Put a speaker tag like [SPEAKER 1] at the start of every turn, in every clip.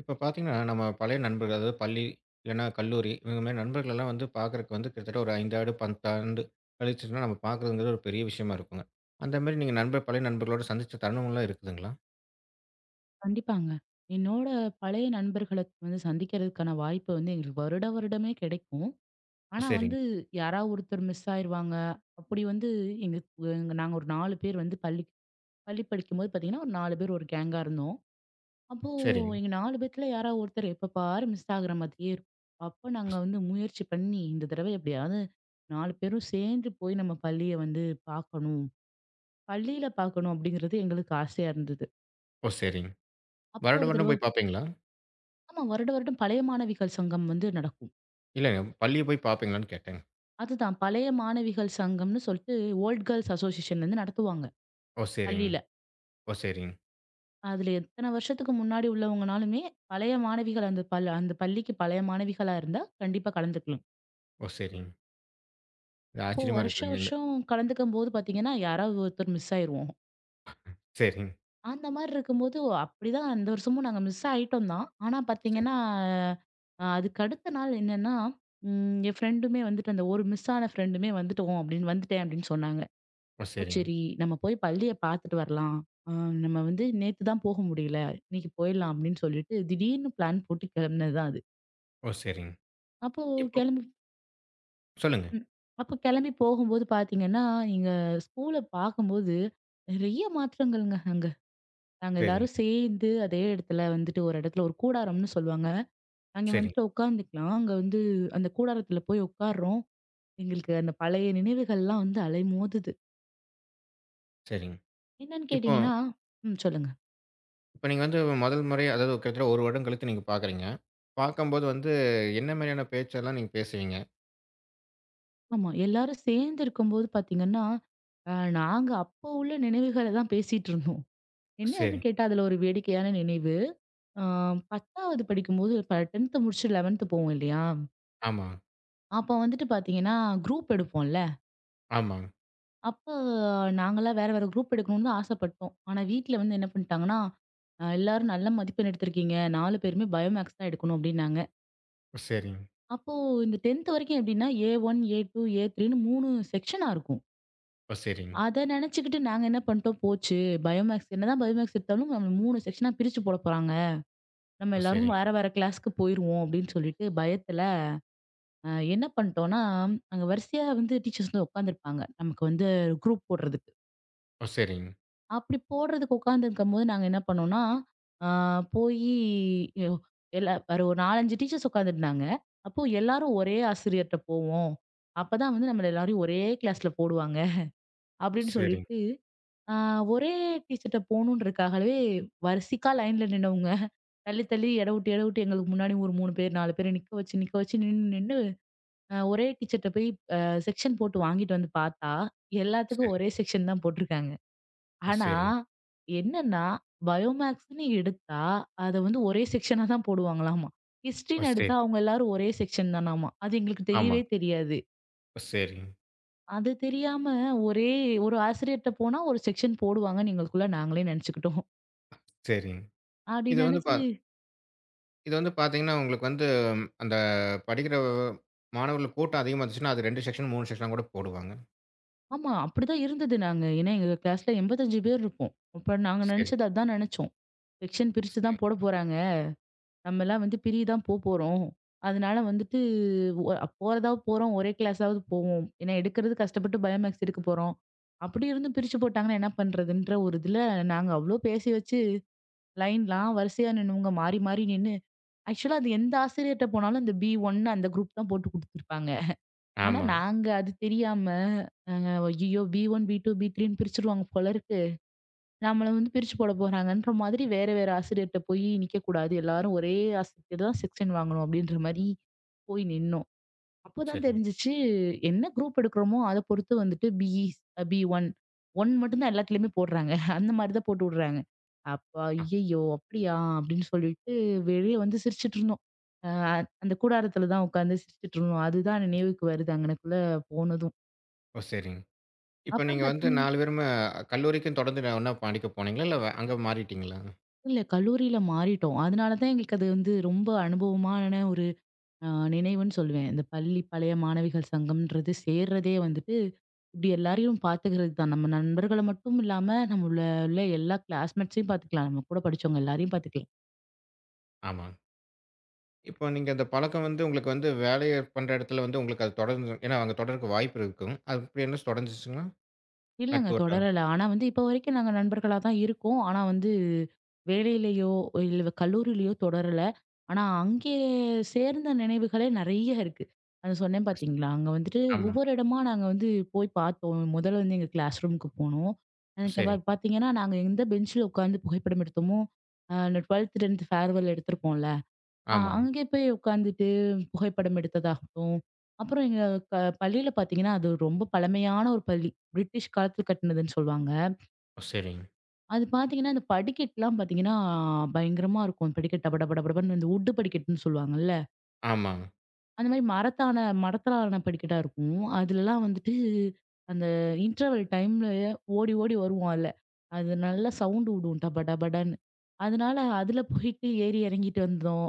[SPEAKER 1] இப்ப பார்த்தீங்கன்னா, நம்ம பழைய நண்பர்கள், அதாவது பள்ளி இல்லன்னா கல்லூரி இவங்க மாரி நண்பர்கள் எல்லாம் வந்து பார்க்கறதுக்கு வந்து கிட்டத்தட்ட ஒரு 5 ஆண்டு, 10 ஆண்டு கழிச்சுன்னா நம்ம பார்க்குறதுங்கிறது ஒரு பெரிய விஷயமா இருக்குங்க. அந்த மாரி நீங்க நண்பர் பழைய நண்பர்களோட சந்திச்ச தருணம்லாம் இருக்குதுங்களா?
[SPEAKER 2] கண்டிப்பாங்க. என்னோட பழைய நண்பர்கள வந்து சந்திக்கிறதுக்கான வாய்ப்பு வந்து எங்களுக்கு வருட வருடமே கிடைக்கும்.
[SPEAKER 1] ஓ!
[SPEAKER 2] ஆனா
[SPEAKER 1] சரிங்க,
[SPEAKER 2] வந்து யாராவது ஒருத்தர் மிஸ் ஆயிருவாங்க. அப்படி வந்து எங்க எங்க நாங்க ஒரு 4 பேர் வந்து பள்ளி பள்ளி படிக்கும்போது பார்த்தீங்கன்னா, ஒரு 4 பேர் ஒரு கேங்கா இருந்தோம். அப்போ
[SPEAKER 1] சரிங்க.
[SPEAKER 2] எங்க 4 பேத்துல யாராவது ஒருத்தர் எப்ப பாரு மிஸ் ஆகுற மாதிரியே இருக்கும். அப்ப நாங்க வந்து முயற்சி பண்ணி இந்த தடவை எப்படியாவது 4 பேரும் சேர்ந்து போய் நம்ம பள்ளிய வந்து பார்க்கணும். பள்ளியில பார்க்கணும் அப்படிங்கிறது எங்களுக்கு ஆசையா இருந்தது.
[SPEAKER 1] ஓ! சரிங்க.
[SPEAKER 2] அப்போ
[SPEAKER 1] வருட
[SPEAKER 2] ஒரு
[SPEAKER 1] வருடம்
[SPEAKER 2] தடவ.
[SPEAKER 1] போய் பார்ப்பீங்களா?
[SPEAKER 2] ஆமா. வருட வருடம் பழைய மாணவிகள் சங்கம் வந்து நடக்கும்.
[SPEAKER 1] இல்லங்க பள்ளிய போய் பார்ப்பீங்களான்னு கேட்டேங்க.
[SPEAKER 2] அதுதான் பழைய மாணவிகள் சங்கம்னு சொல்லிட்டு ஓல்ட் கேர்ல்ஸ் அசோசியேஷன்லேருந்து நடத்துவாங்க,
[SPEAKER 1] ஓ! சரிங்க.
[SPEAKER 2] பள்ளியில.
[SPEAKER 1] ஓ! சரிங்க.
[SPEAKER 2] அதில எத்தன வருஷத்துக்கு முன்னாடி உள்ளவங்கனாலுமே, பழைய மாணவிகள் அந்த பள்ளிக்கு பழைய மாணவிகளா இருந்தா கண்டிப்பா கலந்துக்கலாம்.
[SPEAKER 1] ஓ! சரிங்க. இது
[SPEAKER 2] அப்போ
[SPEAKER 1] ஆச்சரியமா
[SPEAKER 2] வருஷம்
[SPEAKER 1] இருக்குதுங்க. இந்த
[SPEAKER 2] வருஷம் கலந்துக்கும்போது பார்த்தீங்கன்னா, யாராவது ஒருத்தர் மிஸ் ஆயிருவோம்.
[SPEAKER 1] சரிங்க,
[SPEAKER 2] அந்த மாரி இருக்கும்போது, அப்படிதான் அந்த வருஷமும் நாங்க மிஸ் ஆயிட்டோம் தான். ஆனா
[SPEAKER 1] சரிங்க.
[SPEAKER 2] பார்த்தீங்கன்னா, அதுக்கு அடுத்த நாள் என்னன்னா, என் ஃப்ரெண்டுமே வந்துட்டு அந்த ஒரு மிஸ் ஆன ஃப்ரெண்டுமே வந்துட்டோம் அப்படின்னு வந்துட்டேன் அப்படின்னு சொன்னாங்க.
[SPEAKER 1] ஓ!
[SPEAKER 2] ஓ!
[SPEAKER 1] சரிங்க.
[SPEAKER 2] சரி. நம்ம போய் பள்ளிய பார்த்துட்டு வரலாம். அ நம்ம வந்து நேத்து தான் போக முடியல. இன்னைக்கு போயிடலாம் அப்படின்னு சொல்லிட்டு திடீர்னு பிளான் போட்டு கிளம்பினது தான் அது.
[SPEAKER 1] ஓ! சரிங்க.
[SPEAKER 2] அப்போ
[SPEAKER 1] இப்போ
[SPEAKER 2] கிளம்பி
[SPEAKER 1] சொல்லுங்க.
[SPEAKER 2] ம். அப்போ கிளம்பி போகும்போது பார்த்தீங்கன்னா, எங்க ஸ்கூல பார்க்கும்போது நிறைய மாற்றங்கள்ங்க அங்க. நாங்க
[SPEAKER 1] சரிங்க,
[SPEAKER 2] எல்லாரும் சேர்ந்து அதே இடத்துல வந்துட்டு ஒரு இடத்துல ஒரு கூடாரம்னு சொல்லுவாங்க. அங்க
[SPEAKER 1] சரிங்க,
[SPEAKER 2] வந்துட்டு உட்காந்துக்கலாம். அங்க வந்து அந்த கூடாரத்துல போய் உட்கார்றோம். எங்களுக்கு அந்த பழைய நினைவுகள்லாம் வந்து அலைமோதுது.
[SPEAKER 1] சரிங்க.
[SPEAKER 2] என்னன்னு
[SPEAKER 1] இப்போ
[SPEAKER 2] கேட்டீங்கன்னா ம். சொல்லுங்க.
[SPEAKER 1] இப்ப நீங்க வந்து முதல் முறை அதாவது கிட்டத்தட்ட 1 வருடம் கழித்து நீங்க பார்க்குறீங்க. பார்க்கும்போது வந்து என்ன மாரியான பேச்செல்லாம் நீங்க பேசுவீங்க?
[SPEAKER 2] ஆமா. எல்லாரும் சேர்ந்து இருக்கும்போது பார்த்தீங்கன்னா, அ நாங்க அப்போ உள்ள நினைவுகள தான் பேசிட்டு இருந்தோம். என்னன்னு
[SPEAKER 1] சரிங்க.
[SPEAKER 2] கேட்டா, அதுல ஒரு வேடிக்கையான நினைவு. அ 10வது படிக்கும்போது இப்ப 10த் முடிச்சு 11த் போவோம் இல்லையா?
[SPEAKER 1] ஆமா,
[SPEAKER 2] அப்போ வந்துட்டு பார்த்தீங்கன்னா, குரூப் எடுப்போம்ல.
[SPEAKER 1] ஆமாங்க.
[SPEAKER 2] அப்ப நாங்கலாம் வேற வேற குரூப் எடுக்கணும்னு தான் ஆசைப்பட்டோம். ஆனா வீட்ல வந்து என்ன பண்ணிட்டாங்கன்னா, எல்லாரும் நல்ல மதிப்பெண் எடுத்திருக்கீங்க. 4 பேருமே பயோமேக்ஸ் தான் எடுக்கணும் அப்படின்னாங்க.
[SPEAKER 1] ஓ சரிங்க,
[SPEAKER 2] அப்போ இந்த 10த் வரைக்கும் எப்படின்னா, ஏ1, ஏ2, ஏ3ன்னு 3 செக்ஷனா இருக்கும்.
[SPEAKER 1] ஓ சரிங்க,
[SPEAKER 2] அத நெனச்சுக்கிட்டு நாங்க என்ன பண்ணிட்டோம், போச்சு பயோமேக்ஸ் என்னதான் பயோமேக்ஸ் எடுத்தாலும் நம்ம 3 செக்ஷனா பிரிச்சு போட போறாங்க. நம்ம
[SPEAKER 1] ஓ
[SPEAKER 2] எல்லாரும்
[SPEAKER 1] சரிங்க,
[SPEAKER 2] வேற வேற கிளாஸ்க்கு போயிருவோம் அப்படின்னு சொல்லிட்டு பயத்துல, அ என்ன பண்ணிட்டோம்னா, அங்க வரிசையா வந்து டீச்சர்ஸ் வந்து உட்காந்துருப்பாங்க. நமக்கு வந்து குரூப் போடுறதுக்கு.
[SPEAKER 1] ஓ சரிங்க,
[SPEAKER 2] அப்படி போடுறதுக்கு உட்காந்துருக்கும்போது நாங்க என்ன பண்ணோம்னா, அ போயி யோ எல்லா ஒரு 4, 5 டீச்சர்ஸ் உட்காந்துருந்தாங்க. அப்போ எல்லாரும் ஒரே ஆசிரியர்ட்ட போவோம். அப்பதான் வந்து நம்மள எல்லாரையும் ஒரே கிளாஸ்ல போடுவாங்க. அப்படின்னு
[SPEAKER 1] சரிங்க,
[SPEAKER 2] சொல்லிட்டு ஆ ஒரே டீ சர்ட்ட போகணுன்றதுக்காகவே வரிசைக்கா லைன்ல நின்னவங்க. தள்ளி, தள்ளி எட விட்டு, எட விட்டு எங்களுக்கு முன்னாடி ஒரு 3 பேர், 4 பேர நிக்க வச்சு, நிக்க வச்சு நின்னு, நின்னு ஒரே டீ சர்ட்ட போய் அ செக்ஷன் போட்டு வாங்கிட்டு வந்து பார்த்தா,
[SPEAKER 1] சரி,
[SPEAKER 2] எல்லாத்துக்கும் ஒரே செக்ஷன் தான் போட்டிருக்காங்க.
[SPEAKER 1] ஓ
[SPEAKER 2] ஆனா,
[SPEAKER 1] சரிங்க,
[SPEAKER 2] என்னன்னா பயோமேக்ஸ்ன்னு எடுத்தா, அத வந்து ஒரே செக்ஷனா தான் போடுவாங்களாமா.
[SPEAKER 1] ஓ
[SPEAKER 2] ஹிஸ்ட்ரின்னு
[SPEAKER 1] சரி,
[SPEAKER 2] எடுத்தா அவங்க எல்லாரும் ஒரே செக்ஷன் தானாமா. அது எங்களுக்கு
[SPEAKER 1] ஆமா,
[SPEAKER 2] தெரியவே தெரியாது.
[SPEAKER 1] ஓ சரிங்க,
[SPEAKER 2] அது தெரியாம ஒரே ஒரு ஆசிரியர்ட்ட போனா ஒரு செக்ஷன் போடுவாங்கன்னு எங்களுக்குள்ள நாங்களே நெனச்சுக்கிட்டோம்.
[SPEAKER 1] சரிங்க. இது
[SPEAKER 2] அப்படின்னு
[SPEAKER 1] வந்து பா
[SPEAKER 2] நினைச்சு
[SPEAKER 1] இது வந்து பார்த்தீங்கன்னா, உங்களுக்கு வந்து ம், அந்த படிக்கிற மாணவர்கள் கூட்டம் அதிகமா இருந்துச்சுன்னா, அது 2 செக்ஷன், 3 செக்ஷனா கூட போடுவாங்க.
[SPEAKER 2] ஆமா அப்படிதான் இருந்தது நாங்க. ஏன்னா எங்க கிளாஸ்ல 85 பேர் இருப்போம். அப்ப நாங்க
[SPEAKER 1] சரி,
[SPEAKER 2] நினைச்சது அதான் நினைச்சோம். செக்ஷன் பிரிச்சு
[SPEAKER 1] சரி.
[SPEAKER 2] தான் போட போறாங்க. நம்ம எல்லாம் வந்து பிரிய தான் போறோம். அதனால வந்துட்டு ஒ போறதா போறோம். ஒரே கிளாஸாவது போவோம். ஏன்னா எடுக்கிறது கஷ்டப்பட்டு பயோமேக்ஸ் எடுக்க போறோம். அப்படி இருந்தும் பிரிச்சு போட்டாங்கன்னா என்ன பண்றதுன்ற ஒரு இதுல நாங்க அவ்ளோ பேசி வச்சு லைன்லாம் வரிசையா நின்னவங்க மாறி மாறி நின்னு ஆக்சுவலா அது எந்த ஆசிரியர்ட்ட போனாலும் அந்த பி ஒன் அந்த குரூப் தான் போட்டு குடுத்துருப்பாங்க. ஆனா
[SPEAKER 1] ஆமாங்க.
[SPEAKER 2] நாங்க அது தெரியாம, நாங்க ஐய்யயோ! பி1, பி2, பி3ன்னு பிரிச்சுருவாங்க போல இருக்கு. நம்மள வந்து பிரிச்சு போட போறாங்கன்ற மாதிரி வேற வேற ஆசிரியர்ட்ட போய் நிக்கக்கூடாது. எல்லாரும் ஒரே ஆசிரியர் தான் செக்ஷன் வாங்கணும். அப்படின்ற மாரி போய் நின்னோம். அப்பதான்
[SPEAKER 1] சரிங்க.
[SPEAKER 2] தெரிஞ்சுச்சு, என்ன குரூப் எடுக்கிறோமோ அத பொறுத்து வந்துட்டு பிஇ, பி1 1 மட்டும் தான் எல்லாத்துலயுமே போடுறாங்க. அந்த மாரி தான் போட்டு விடுறாங்க. அப்ப
[SPEAKER 1] ஆ,
[SPEAKER 2] "ஐயய்யோ! அப்படியா?" அப்படின்னு சொல்லிட்டு வெளிய வந்து சிரிச்சுட்டு இருந்தோம். அ அந்த கூடாரத்துல தான் உட்காந்து சிரிச்சுட்டு இருந்தோம். அதுதான் நினைவுக்கு வருது அங்கனக்குள்ள போனதும்.
[SPEAKER 1] ஓ சரிங்க. இப்ப
[SPEAKER 2] அப்புறம்
[SPEAKER 1] நீங்க வந்து
[SPEAKER 2] பார்த்தீங்கன்னா
[SPEAKER 1] 4 பேருமே கல்லூரிக்கும் தொடர்ந்து நான் ஒண்ணா படிக்க போனீங்களா? இல்ல அங்க மாறிட்டீங்களா?
[SPEAKER 2] இல்ல கல்லூரியில மாறிட்டோம். அதனால தான் எங்களுக்கு அது வந்து ரொம்ப அனுபவமான ஒரு நினைவுன்னு சொல்லுவேன். இந்த பள்ளி பழைய மாணவிகள் சங்கம்ன்றது சேர்றதே வந்துட்டு, இப்டி எல்லாரையும் பாத்துக்கிறது தான். நம்ம நண்பர்கள மட்டும் இல்லாம, நம்மள உள்ள எல்லா கிளாஸ்மேட்ஸையும் பாத்துக்கலாம். நம்ம கூட படிச்சவங்க எல்லாரையும் பாத்துக்கலாம்.
[SPEAKER 1] ஆமா. இப்போ நீங்க அந்த பழக்கம் வந்து உங்களுக்கு வந்து வேலைய பண்ற இடத்துல வந்து உங்களுக்கு அது தொடர்ந்து ஏன்னா அங்க தொடர்றதுக்கு வாய்ப்பு இருக்கும். அது அப்படி என்ன தொடர்ந்துச்சுங்களா?
[SPEAKER 2] இல்லங்க
[SPEAKER 1] நட்பு வட்டாரம்.
[SPEAKER 2] தொடரல. ஆனா வந்து இப்ப வரைக்கும் நாங்க நண்பர்களா தான் இருக்கோம். ஆனா வந்து வேலையிலயோ, இல்ல கல்லூரியிலயோ தொடரல. ஆனா அங்கே சேர்ந்த நினைவுகளே நெறைய இருக்கு. அது சொன்னேன் பார்த்தீங்களா? அங்க வந்துட்டு
[SPEAKER 1] ஆமா.
[SPEAKER 2] ஒவ்வொரு இடமா நாங்க வந்து போய் பார்த்தோம். முதல்ல வந்து எங்க கிளாஸ் ரூமுக்கு போனோம். எனக்கு அப்ப
[SPEAKER 1] சரிங்க.
[SPEAKER 2] பார்த்தீங்கன்னா, நாங்க எந்த பெஞ்ச்ல உட்காந்து புகைப்படம் எடுத்தோமோ, அந்த 12த், 10த் ஃபேர்வெல் எடுத்திருப்போம்ல.
[SPEAKER 1] ஆமா.
[SPEAKER 2] அங்கே போய் உட்காந்துட்டு புகைப்படம் எடுத்ததாகட்டும். அப்புறம் எங்க க பள்ளியில பார்த்தீங்கன்னா, அது ரொம்ப பழமையான ஒரு பள்ளி. பிரிட்டிஷ் காலத்துல கட்டினதுன்னு சொல்லுவாங்க.
[SPEAKER 1] ஓ! சரிங்க.
[SPEAKER 2] அது பார்த்தீங்கன்னா, அந்த படிக்கட்டுலாம் பார்த்தீங்கன்னா, பயங்கரமா இருக்கும். படிக்கட்டு டப டப டபடபன்னு இந்த உட்டு படிக்கட்டுன்னு சொல்லுவாங்கல்ல.
[SPEAKER 1] ஆமாங்க.
[SPEAKER 2] அந்த மாரி மரத்தால ஆன படிக்கட்டா இருக்கும். அதுலலாம் வந்துட்டு அந்த இன்டர்வல் டைம்ல ஓடி ஓடி வருவோம் அதுல. அது நல்லா சவுண்ட் விடும் டப டபடன்னு. அதனால அதுல போயிட்டு ஏறி இறங்கிட்டு வந்தோம்.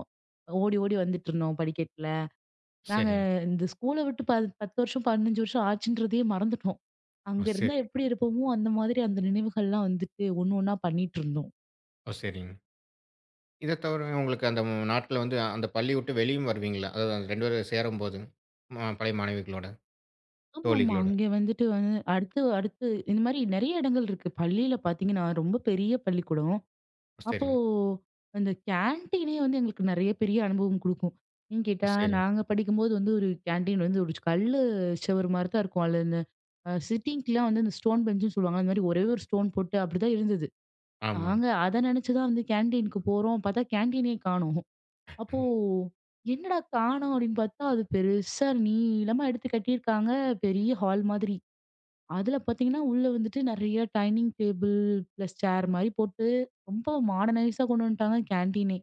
[SPEAKER 2] ஓடி ஓடி வந்துட்டுருந்தோம் படிக்கட்ல. நாங்க
[SPEAKER 1] சரிங்க.
[SPEAKER 2] இந்த ஸ்கூல விட்டு 10 வருஷம், 15 வருஷம் ஆச்சுன்றதையே மறந்துட்டோம்.
[SPEAKER 1] ஓ!
[SPEAKER 2] அங்க இருந்தா
[SPEAKER 1] சரிங்க.
[SPEAKER 2] எப்படி இருப்போமோ, அந்த மாதிரி அந்த நினைவுகள்லாம் வந்துட்டு ஒண்ணு ஒண்ணா பண்ணிட்டு இருந்தோம்.
[SPEAKER 1] ஓ! சரிங்க. இத தவிர உங்களுக்கு அந்த நாட்கள்ல வந்து அந்த பள்ளி விட்டு வெளியும் வருவீங்களா? அதாவது அந்த 2 பேரும் சேரும்போது. மா பழைய மாணவிகளோட,
[SPEAKER 2] ஆமாமா.
[SPEAKER 1] தோழிகளோட.
[SPEAKER 2] அங்க வந்துட்டு வந்து அடுத்து அடுத்து இந்த மாரி நெறைய இடங்கள் இருக்கு. பள்ளியில பார்த்தீங்கன்னா, ரொம்ப பெரிய பள்ளிக்கூடம்.
[SPEAKER 1] ஓ!
[SPEAKER 2] அப்போ
[SPEAKER 1] சரிங்க.
[SPEAKER 2] அந்த கேன்டீனே வந்து எங்களுக்கு நெறைய பெரிய அனுபவம் குடுக்கும். ஏன்னு
[SPEAKER 1] ஓ!
[SPEAKER 2] கேட்டா,
[SPEAKER 1] சரிங்க.
[SPEAKER 2] நாங்க படிக்கும்போது வந்து ஒரு கேன்டீன் வந்து ஒரு கல்லு செவுரு மாரி தான் இருக்கும். அதுல இந்த சிட்டிங்லாம் வந்து இந்த ஸ்டோன் பெஞ்சுன்னு சொல்லுவாங்க. அந்த மாரி ஒரே ஒரு ஸ்டோன் போட்டு அப்படிதான் இருந்தது.
[SPEAKER 1] ஆமா.
[SPEAKER 2] நாங்க அத நெனச்சு தான் வந்து கேன்டீனுக்கு போறோம். பார்த்தா கேன்டீனே காணோம். அப்போ என்னடா காணோம் அப்படின்னு பார்த்தா, அது பெருசா நீளமா எடுத்து கட்டியிருக்காங்க. பெரிய ஹால் மாதிரி. அதுல பார்த்தீங்கன்னா, உள்ள வந்துட்டு நெறைய டைனிங் டேபிள் பிளஸ் சேர் மாரி போட்டு ரொம்ப மாடர்னைஸா கொண்டு வந்துட்டாங்க கேன்டீனே.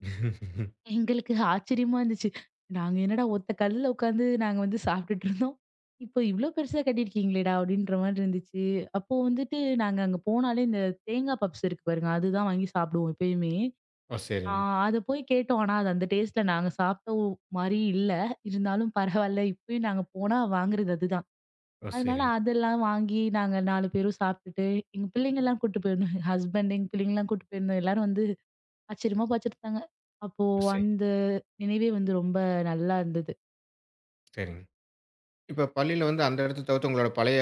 [SPEAKER 2] எங்களுக்கு ஆச்சரியமா இருந்துச்சு. நாங்க என்னடா ஒத்த கல்லுல உட்காந்து நாங்க வந்து சாப்பிட்டுட்டு இருந்தோம். இப்போ இவ்ளோ பெருசா கட்டியிருக்கீங்களேடா! அப்டின்ற மாரி இருந்துச்சு. அப்போ வந்துட்டு நாங்க அங்க போனாலே இந்த தேங்கா பப்ஸ் இருக்கு பாருங்க. அதுதான் வாங்கி சாப்பிடுவோம் எப்பயுமே.
[SPEAKER 1] ஓ!
[SPEAKER 2] ஆ
[SPEAKER 1] சரிங்க.
[SPEAKER 2] அத போய் கேட்டோம். ஆனா அது அந்த டேஸ்ட்ல நாங்க சாப்பிட்ட மாரி இல்ல. இருந்தாலும் பரவால்ல. இப்பயும் நாங்க போனா வாங்குறது அதுதான்.
[SPEAKER 1] ஓ!
[SPEAKER 2] அதனால
[SPEAKER 1] சரிங்க.
[SPEAKER 2] அதெல்லாம் வாங்கி நாங்க 4 பேரும் சாப்பிட்டுட்டு, எங்க பிள்ளைங்கலாம் கூட்டு போயிருந்தோம். ஹஸ்பண்ட் எங்க பிள்ளைங்கலாம் கூட்டு போயிருந்தோம். எல்லாரும் வந்து ஆச்சரியமா பார்த்துருந்தாங்க. அப்போ
[SPEAKER 1] ஓ, சரி,
[SPEAKER 2] அந்த நினைவே வந்து ரொம்ப நல்லா இருந்தது.
[SPEAKER 1] சரிங்க. இப்ப பள்ளியில வந்து அந்த இடத்த தவிர்த்து உங்களோட பழைய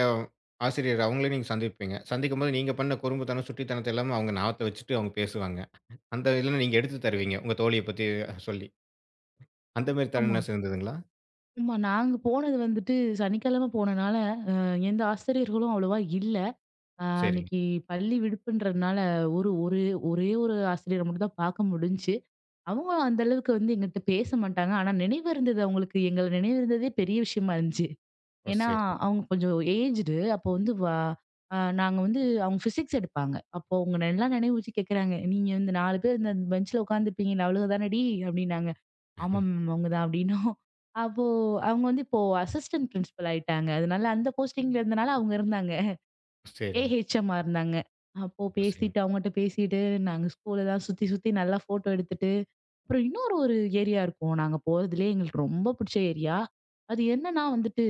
[SPEAKER 1] ஆசிரியர் அவங்கள நீங்க சந்திப்பீங்க. சந்திக்கும்போது நீங்க பண்ண குறும்புத்தனம், சுட்டித்தனத்த எல்லாமே அவங்க ஞாபகத்த வச்சுட்டு அவங்க பேசுவாங்க. அந்த இதில நீங்க எடுத்து தருவீங்க. உங்க தோழிய பத்தி சொல்லி. அந்த மாரி
[SPEAKER 2] ஆமா.
[SPEAKER 1] தருணம் இருந்ததுங்களா?
[SPEAKER 2] ஆமா. நாங்க போனது வந்துட்டு சனிக்கிழமை போனனால, எந்த ஆசிரியர்களும் அவ்வளவா இல்ல.
[SPEAKER 1] சரிங்க.
[SPEAKER 2] அன்னைக்கு பள்ளி விடுப்புன்றதுனால ஒரு ஒரு ஒரே ஒரு ஆசிரியர மட்டும் தான் பார்க்க முடிஞ்சுச்சு. அவங்க அந்த அளவுக்கு வந்து எங்கட்ட பேச மாட்டாங்க. ஆனா நினைவு இருந்தது அவங்களுக்கு. எங்கள நினைவு இருந்ததே பெரிய விஷயமா இருந்துச்சு.
[SPEAKER 1] ஓ!
[SPEAKER 2] ஏன்னா,
[SPEAKER 1] சரிங்க.
[SPEAKER 2] அவங்க கொஞ்சம் ஏஜ்டு. அப்போ வந்து வ அ நாங்க வந்து அவங்க ஃபிசிக்ஸ் எடுப்பாங்க. அப்போ அவங்க நல்லா நினைவு வச்சு கேட்கறாங்க. "நீங்க இந்த 4 பேர் இந்த பெஞ்ச்ல உட்காந்துருப்பீங்கல்ல, அவ்வளவு தானடி?" அப்படின்னாங்க. "ஆமா மேம், அவங்க தான்" அப்படின்னோம். அப்போ அவங்க வந்து இப்போ அசிஸ்டன்ட் பிரின்சிபல் ஆயிட்டாங்க. அதனால அந்த போஸ்டிங்ல இருந்தனால அவங்க இருந்தாங்க.
[SPEAKER 1] ஓ சரிங்க.
[SPEAKER 2] ஏஹெச்எம்மா இருந்தாங்க. அப்போ
[SPEAKER 1] ஓ! சரிங்க.
[SPEAKER 2] பேசிட்டு அவங்கட்ட பேசிட்டு, நாங்க ஸ்கூலலாம் சுத்தி, சுத்தி நல்லா ஃபோட்டோ எடுத்துட்டு, அப்புறம் இன்னொரு ஏரியா இருக்கும். நாங்க போறதுலயே எங்களுக்கு ரொம்ப பிடிச்ச ஏரியா. அது என்னன்னா வந்துட்டு,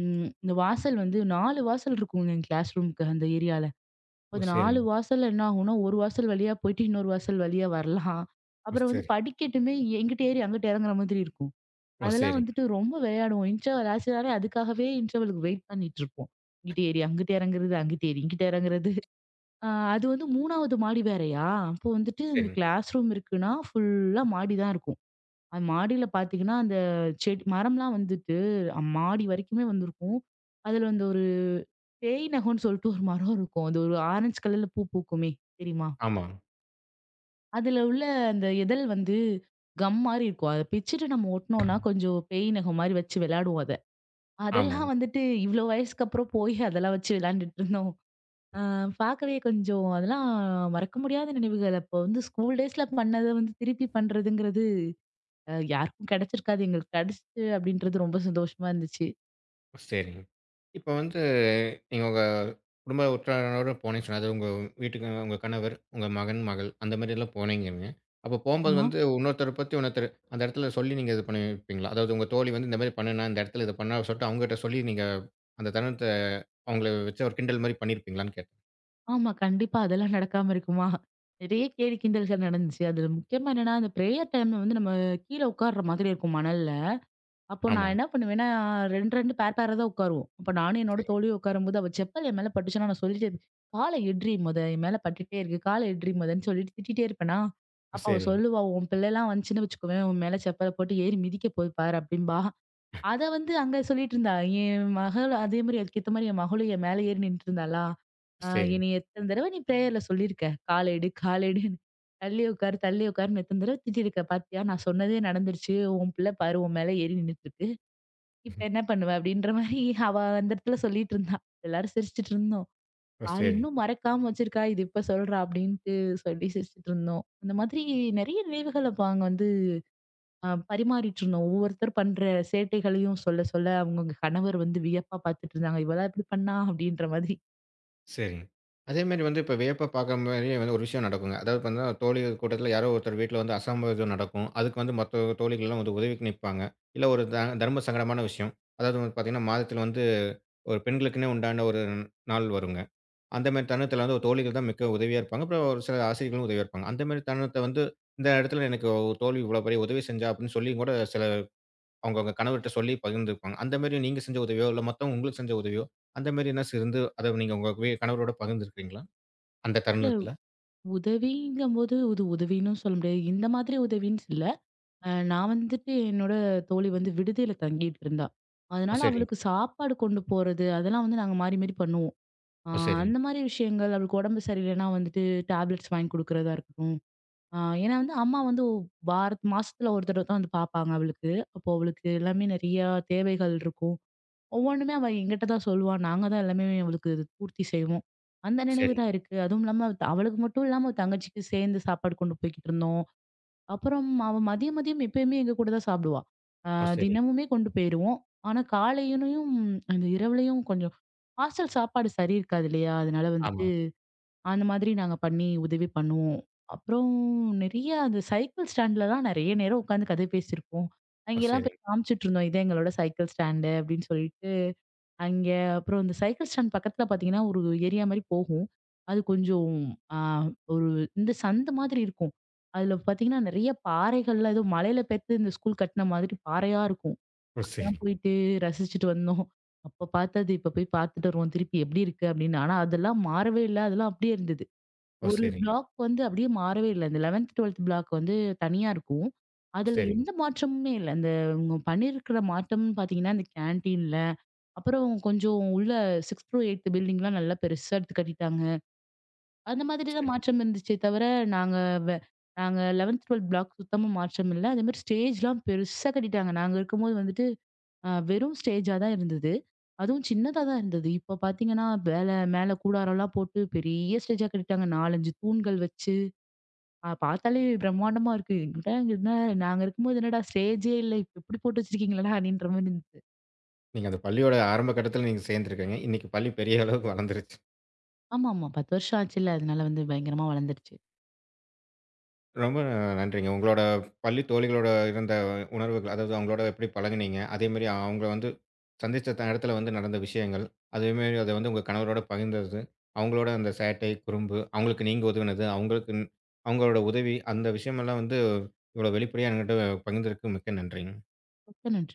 [SPEAKER 2] இந்த வாசல் வந்து 4 வாசல் இருக்குங்க எங்க கிளாஸ் ரூமுக்கு அந்த ஏரியால. அப்ப
[SPEAKER 1] ஓ!
[SPEAKER 2] அந்த 4
[SPEAKER 1] சரிங்க.
[SPEAKER 2] வாசல்ல என்ன ஆகும்னா, ஒரு வாசல் வழியா போயிட்டு, இன்னொரு வாசல் வழியா வரலாம்.
[SPEAKER 1] ஓ!
[SPEAKER 2] அப்புறம் வந்து
[SPEAKER 1] சரி.
[SPEAKER 2] படிக்கட்டுமே எங்கிட்ட ஏறி அங்கிட்டு இறங்குற மாதிரி இருக்கும்.
[SPEAKER 1] ஓ!
[SPEAKER 2] அதெல்லாம்
[SPEAKER 1] சரிங்க.
[SPEAKER 2] வந்துட்டு ரொம்ப விளையாடுவோம். இன்டர்வல் ஆச்சுனாலே அதுக்காகவே இன்டர்வலுக்கு வெயிட் பண்ணிட்டு இருப்போம். இங்கிட்டு ஏறி, அங்கிட்டு இறங்குறது, அங்கிட்டு ஏறி, இங்கிட்டு இறங்குறது. அ அது வந்து 3வது மாடி வேறயா! அப்போ வந்துட்டு இந்த
[SPEAKER 1] சரிங்க.
[SPEAKER 2] கிளாஸ் ரூம் இருக்குன்னா, ஃபுல்லா மாடி தான் இருக்கும். அது மாடியில பார்த்தீங்கன்னா, அந்த செடி மரம்லாம் வந்துட்டு மாடி வரைக்குமே வந்திருக்கும். அதுல வந்து ஒரு பேய் நகம்ன்னு சொல்லிட்டு ஒரு மரம் இருக்கும். அது ஒரு ஆரஞ்சு கலர்ல பூ பூக்குமே தெரியுமா?
[SPEAKER 1] ஆமா,
[SPEAKER 2] அதுல உள்ள அந்த இதழ் வந்து கம் மாரி இருக்கும். அத பிச்சுட்டு நம்ம ஒட்டுனோம்னா, கொஞ்சம் பேய் நகம் மாரி வச்சு விளையாடுவோம் அத.
[SPEAKER 1] ஆமா.
[SPEAKER 2] அதெல்லாம் வந்துட்டு இவ்ளோ வயசுக்கு அப்புறம் போய் அதெல்லாம் வச்சு விளையாண்டுட்டு இருந்தோம். அ பார்க்கவே கொஞ்சம் அதெல்லாம் மறக்க முடியாத நினைவுகள். அப்போ வந்து ஸ்கூல் டேஸ்ல பண்ணத வந்து திருப்பி பண்றதுங்கிறது யாருக்கும் கிடைச்சிருக்காது. எங்களுக்கு கிடைச்சுச்சு அப்படின்றது ரொம்ப சந்தோஷமா இருந்துச்சு.
[SPEAKER 1] சரிங்க. இப்ப வந்து நீங்க உங்க குடும்ப உற்றாரோட போனேன்னு சொன்ன, அது உங்க வீட்டுக்கு உங்க கணவர், உங்க மகன், மகள் அந்த மாரிலாம் போனீங்கங்க. அப்ப போம்போது
[SPEAKER 2] ஆமா.
[SPEAKER 1] வந்து இன்னொருத்தர பத்தி இன்னொருத்தர் அந்த இடத்துல சொல்லி நீங்க இது பண்ணியிருப்பீங்களா? அதாவது உங்க தோழி வந்து இந்த மாரி பண்ணுனா, இந்த இடத்துல இத பண்ணான்னு சொல்லிட்டு அவங்ககிட்ட சொல்லி நீங்க அந்த தருணத்த அவங்கள வச்சு ஒரு கிண்டல் மாரி பண்ணியிருப்பீங்களான்னு கேட்டேன்.
[SPEAKER 2] ஆமா. கண்டிப்பா அதெல்லாம் நடக்காம இருக்குமா? நிறைய கேலி கிண்டல்கள் நடந்துச்சு. அதுல முக்கியமா என்னன்னா, அந்த பிரேயர் டைம்ல வந்து நம்ம கீழ உட்கார்ற மாதிரி இருக்கும் மணல்ல. அப்போ நான்
[SPEAKER 1] ஆமாங்க.
[SPEAKER 2] என்ன பண்ணுவேன்னா, 2, 2 பேர் பேரா தான் உட்காருவோம். அப்ப நானும் என்னோட
[SPEAKER 1] சரிங்க.
[SPEAKER 2] தோழியும் உட்காரும்போது, அவ செப்பல் என் மேல பட்டுச்சுன்னா நான் சொல்லிட்டே இருப்பேன். "கால எட்றி மொத, என் மேல பட்டுட்டே இருக்கு. கால எட்றி மொதன்னு" சொல்லிட்டு திட்டிட்டே இருப்பேனா, அப்ப அவ
[SPEAKER 1] சரிங்க.
[SPEAKER 2] சொல்லுவா, "உன் பிள்ளைலாம் வந்துச்சுன்னு வச்சுக்கோவேன், உன் மேல செப்பல போட்டு ஏறி மிதிக்க போது பாரு" அப்படிம்பா. அத வந்து அங்க சொல்லிட்டு இருந்தா. என் மகள் அதே மாரி அதுக்கேத்த மாரி என் மகளும் என் மேல ஏறி நின்னுட்டு இருந்தாளா, "அ
[SPEAKER 1] சரிங்க.
[SPEAKER 2] என்னைய எத்தன தடவ நீ பிரேயர்ல சொல்லியிருக்க, கால எடு, கால எடுன்னு. தள்ளி உட்காரு, தள்ளி உட்காருன்னு எத்தன தடவ திட்டியிருக்க பாத்தியா? நான் சொன்னதே நடந்துருச்சு. உன் பிள்ளை பாரு, உன் மேல ஏறி நின்னுட்டு இருக்கு." இப்ப என்ன பண்ணுவ? அப்படின்ற மாரி அவ அந்த இடத்துல சொல்லிட்டு இருந்தா. எல்லாரும் சிரிச்சுட்டு இருந்தோம்.
[SPEAKER 1] ஓ!
[SPEAKER 2] பாரு
[SPEAKER 1] சரிங்க.
[SPEAKER 2] இன்னும் மறக்காம வச்சிருக்கா. இது இப்ப சொல்றா அப்படின்ட்டு சொல்லி சிரிச்சுட்டு இருந்தோம். அந்த மாதிரி நெறைய நினைவுகள் அப்ப அங்க வந்து பரிமாறிட்டு இருந்தோம். ஒவ்வொருத்தர் பண்ற சேட்டைகளையும் சொல்ல சொல்ல அவங்கவங்க கணவர் வந்து வியப்பா பார்த்துட்டு இருந்தாங்க. இவளா இப்படி பண்ணா அப்படின்ற மாதிரி.
[SPEAKER 1] சரிங்க. அதேமாரி வந்து இப்ப வியப்ப பார்க்குற மாரியே வந்து ஒரு விஷயம் நடக்குங்க. அதாவது பார்த்தீங்கன்னா, தோழிகள் கூட்டத்தில யாரோ ஒருத்தர் வீட்ல வந்து அசம்பாவிதம் நடக்கும். அதுக்கு வந்து மத்த தோழிகள்லாம் வந்து உதவிக்கு நிப்பாங்க. இல்ல ஒரு தர்ம சங்கடமான விஷயம். அதாவது வந்து பார்த்தீங்கன்னா, மாதத்தில வந்து ஒரு பெண்களுக்குன்னே உண்டான ஒரு நாள் வருங்க. அந்த மாரி தருணத்தில வந்து ஒரு தோழிகள் தான் மிக்க உதவியா இருப்பாங்க. அப்புறம் ஒரு சில ஆசிரியர்களும் உதவியா இருப்பாங்க. அந்த மாரி தருணத்த வந்து இந்த இடத்துல எனக்கு ஒரு தோழி இவ்வளோ பெரிய உதவி செஞ்சா அப்படின்னு சொல்லியும் கூட சில அவங்கவங்க கணவர்ட்ட சொல்லி பகிர்ந்துருப்பாங்க. அந்த மாரி நீங்க செஞ்ச உதவியோ, இல்ல மத்தவங்க உங்களுக்கு செஞ்ச உதவியோ, அந்த மாரி எதுனாச்சு இருந்து அத நீங்க உங்க கணவரோட பகிர்ந்துருக்கீங்களா? அந்த
[SPEAKER 2] இல்ல
[SPEAKER 1] தருணத்துல?
[SPEAKER 2] உதவிங்கும்போது இது உதவின்னும் சொல்ல முடியாது. இந்த மாதிரி உதவின்னு இல்ல. நான் வந்துட்டு என்னோட தோழி வந்து விடுதியில தங்கிட்டு இருந்தா.
[SPEAKER 1] ஓ!
[SPEAKER 2] அதனால
[SPEAKER 1] சரிங்க.
[SPEAKER 2] அவளுக்கு சாப்பாடு கொண்டு போறது அதெல்லாம் வந்து நாங்க மாறி மாறி பண்ணுவோம். ஆ
[SPEAKER 1] ஓ! சரிங்க.
[SPEAKER 2] அந்த மாரி விஷயங்கள், அவளுக்கு உடம்பு சரியில்லைன்னா வந்துட்டு டேப்லெட்ஸ் வாங்கி குடுக்குறதா இருக்கட்டும். ஏன்னா வந்து அம்மா வந்து வாரத் மாசத்துல ஒரு தடவ தான் வந்து பார்ப்பாங்க அவளுக்கு. அப்போ அவளுக்கு எல்லாமே நெறையா தேவைகள் இருக்கும். ஒவ்வொன்னுமே அவ என்கிட்ட தான் சொல்லுவா. நாங்க தான் எல்லாமே அவளுக்கு இது பூர்த்தி செய்வோம். அந்த நினைவு
[SPEAKER 1] சரிங்க.
[SPEAKER 2] தான் இருக்கு. அதுவும் இல்லாம அவளுக்கு மட்டும் இல்லாம அவ தங்கச்சிக்கு சேர்ந்து சாப்பாடு கொண்டு போய்க்கிட்டு இருந்தோம். அப்புறம் அவ மதியம் மதியம் எப்பயுமே எங்க கூட தான் சாப்பிடுவா. அ
[SPEAKER 1] ஓ! சரிங்க.
[SPEAKER 2] தினமுமே கொண்டு போயிருவோம். ஆனா காலையிலயும் அந்த இரவுலயும் கொஞ்சம் ஹாஸ்டல் சாப்பாடு சரி இருக்காது இல்லையா? அதனால
[SPEAKER 1] ஆமா.
[SPEAKER 2] வந்துட்டு அந்த மாதிரி நாங்க பண்ணி உதவி பண்ணுவோம். அப்புறம் நெறைய அந்த சைக்கிள் ஸ்டாண்ட்லலாம் நெறைய நேரம் உட்காந்து கதை பேசியிருக்கோம்.
[SPEAKER 1] ஓ!
[SPEAKER 2] அங்கெல்லாம் போய்
[SPEAKER 1] சரிங்க.
[SPEAKER 2] காமிச்சுட்டு இருந்தோம். இதான் எங்களோட சைக்கிள் ஸ்டாண்டு அப்படின்னு சொல்லிட்டு. அங்க அப்புறம் இந்த சைக்கிள் ஸ்டாண்ட் பக்கத்துல பார்த்தீங்கன்னா, ஒரு ஏரியா மாரி போகும். அது கொஞ்சம் ஆ ஒரு இந்த சந்து மாதிரி இருக்கும். அதுல பார்த்தீங்கன்னா, நெறைய பாறைகள்லாம் ஏதோ மலையில பெத்து இந்த ஸ்கூல் கட்ன மாதிரி பாறையா இருக்கும்.
[SPEAKER 1] ஓ! சரி.
[SPEAKER 2] அதெல்லாம் போயிட்டு ரசிச்சுட்டு வந்தோம். அப்ப பார்த்தது இப்ப போய் பார்த்துட்டு வருவோம். திருப்பி எப்படி இருக்கு அப்படின்னு. ஆனா அதெல்லாம் மாறவே இல்ல. அதெல்லாம் அப்படியே இருந்தது.
[SPEAKER 1] ஓ!
[SPEAKER 2] ஒரு
[SPEAKER 1] சரிங்க.
[SPEAKER 2] பிளாக் வந்து அப்படியே மாறவே இல்ல. இந்த 11த், 12த் பிளாக் வந்து தனியா இருக்கும். அதுல
[SPEAKER 1] சரி.
[SPEAKER 2] எந்த மாற்றமுமே இல்ல. அந்த இவங்க பண்ணியிருக்கிற மாற்றம்னு பார்த்தீங்கன்னா, இந்த கேன்டீன்ல, அப்புறம் கொஞ்சம் உள்ள 6த், 8த் பில்டிங்லாம் நல்லா பெருசா எடுத்து கட்டிட்டாங்க. அந்த மாதிரி
[SPEAKER 1] சரி.
[SPEAKER 2] தான் மாற்றம் இருந்துச்சே தவிர, நாங்க வெ நாங்க 11த், 12த் பிளாக் சுத்தமா மாற்றம் இல்ல. அதேமாரி ஸ்டேஜ்லாம் பெருசா கட்டிட்டாங்க. நாங்க இருக்கும்போது வந்துட்டு வெறும் ஸ்டேஜா தான் இருந்தது. அதுவும் சின்னதா தான் இருந்தது. இப்ப பார்த்தீங்கன்னா, மேல மேல கூடாரம்லாம் போட்டு பெரிய ஸ்டேஜா கட்டிட்டாங்க. 4, 5 தூண்கள் வச்சு. பார்த்தாலே பிரம்மாண்டமா இருக்கு. என்னடா நாங்க இருக்கும்போது என்னடா ஸ்டேஜே இல்ல. இப்ப இப்படி போட்டு வச்சிருக்கீங்களடா அப்படின்ற மாரி இருந்தது.
[SPEAKER 1] நீங்க அந்த பள்ளியோட ஆரம்ப கட்டத்துல நீங்க சேர்ந்திருக்கீங்க. இன்னைக்கு பள்ளி பெரிய அளவுக்கு வளர்ந்துருச்சு.
[SPEAKER 2] ஆமாமா. 10 வருஷம் ஆச்சுல்ல. அதனால வந்து பயங்கரமா வளர்ந்துருச்சு.
[SPEAKER 1] ரொம்ப நன்றிங்க. உங்களோட பள்ளி தோழிகளோட இருந்த உணர்வுகள், அதாவது அவங்களோட எப்படி பழகுனீங்க? அதேமாரி அவங்க வந்து சந்திச்ச இடத்துல வந்து நடந்த விஷயங்கள், அதேமாரி அத வந்து உங்க கணவரோட பகிர்ந்தது, அவங்களோட அந்த சேட்டை, குறும்பு, அவங்களுக்கு நீங்க உதவினது, அவங்களோட உதவி, அந்த விஷயமெல்லாம் வந்து இவ்வளோ வெளிப்படையா என்கிட்ட பகிர்ந்ததுக்கு மிக்க நன்றிங்க.
[SPEAKER 2] மிக்க நன்றி.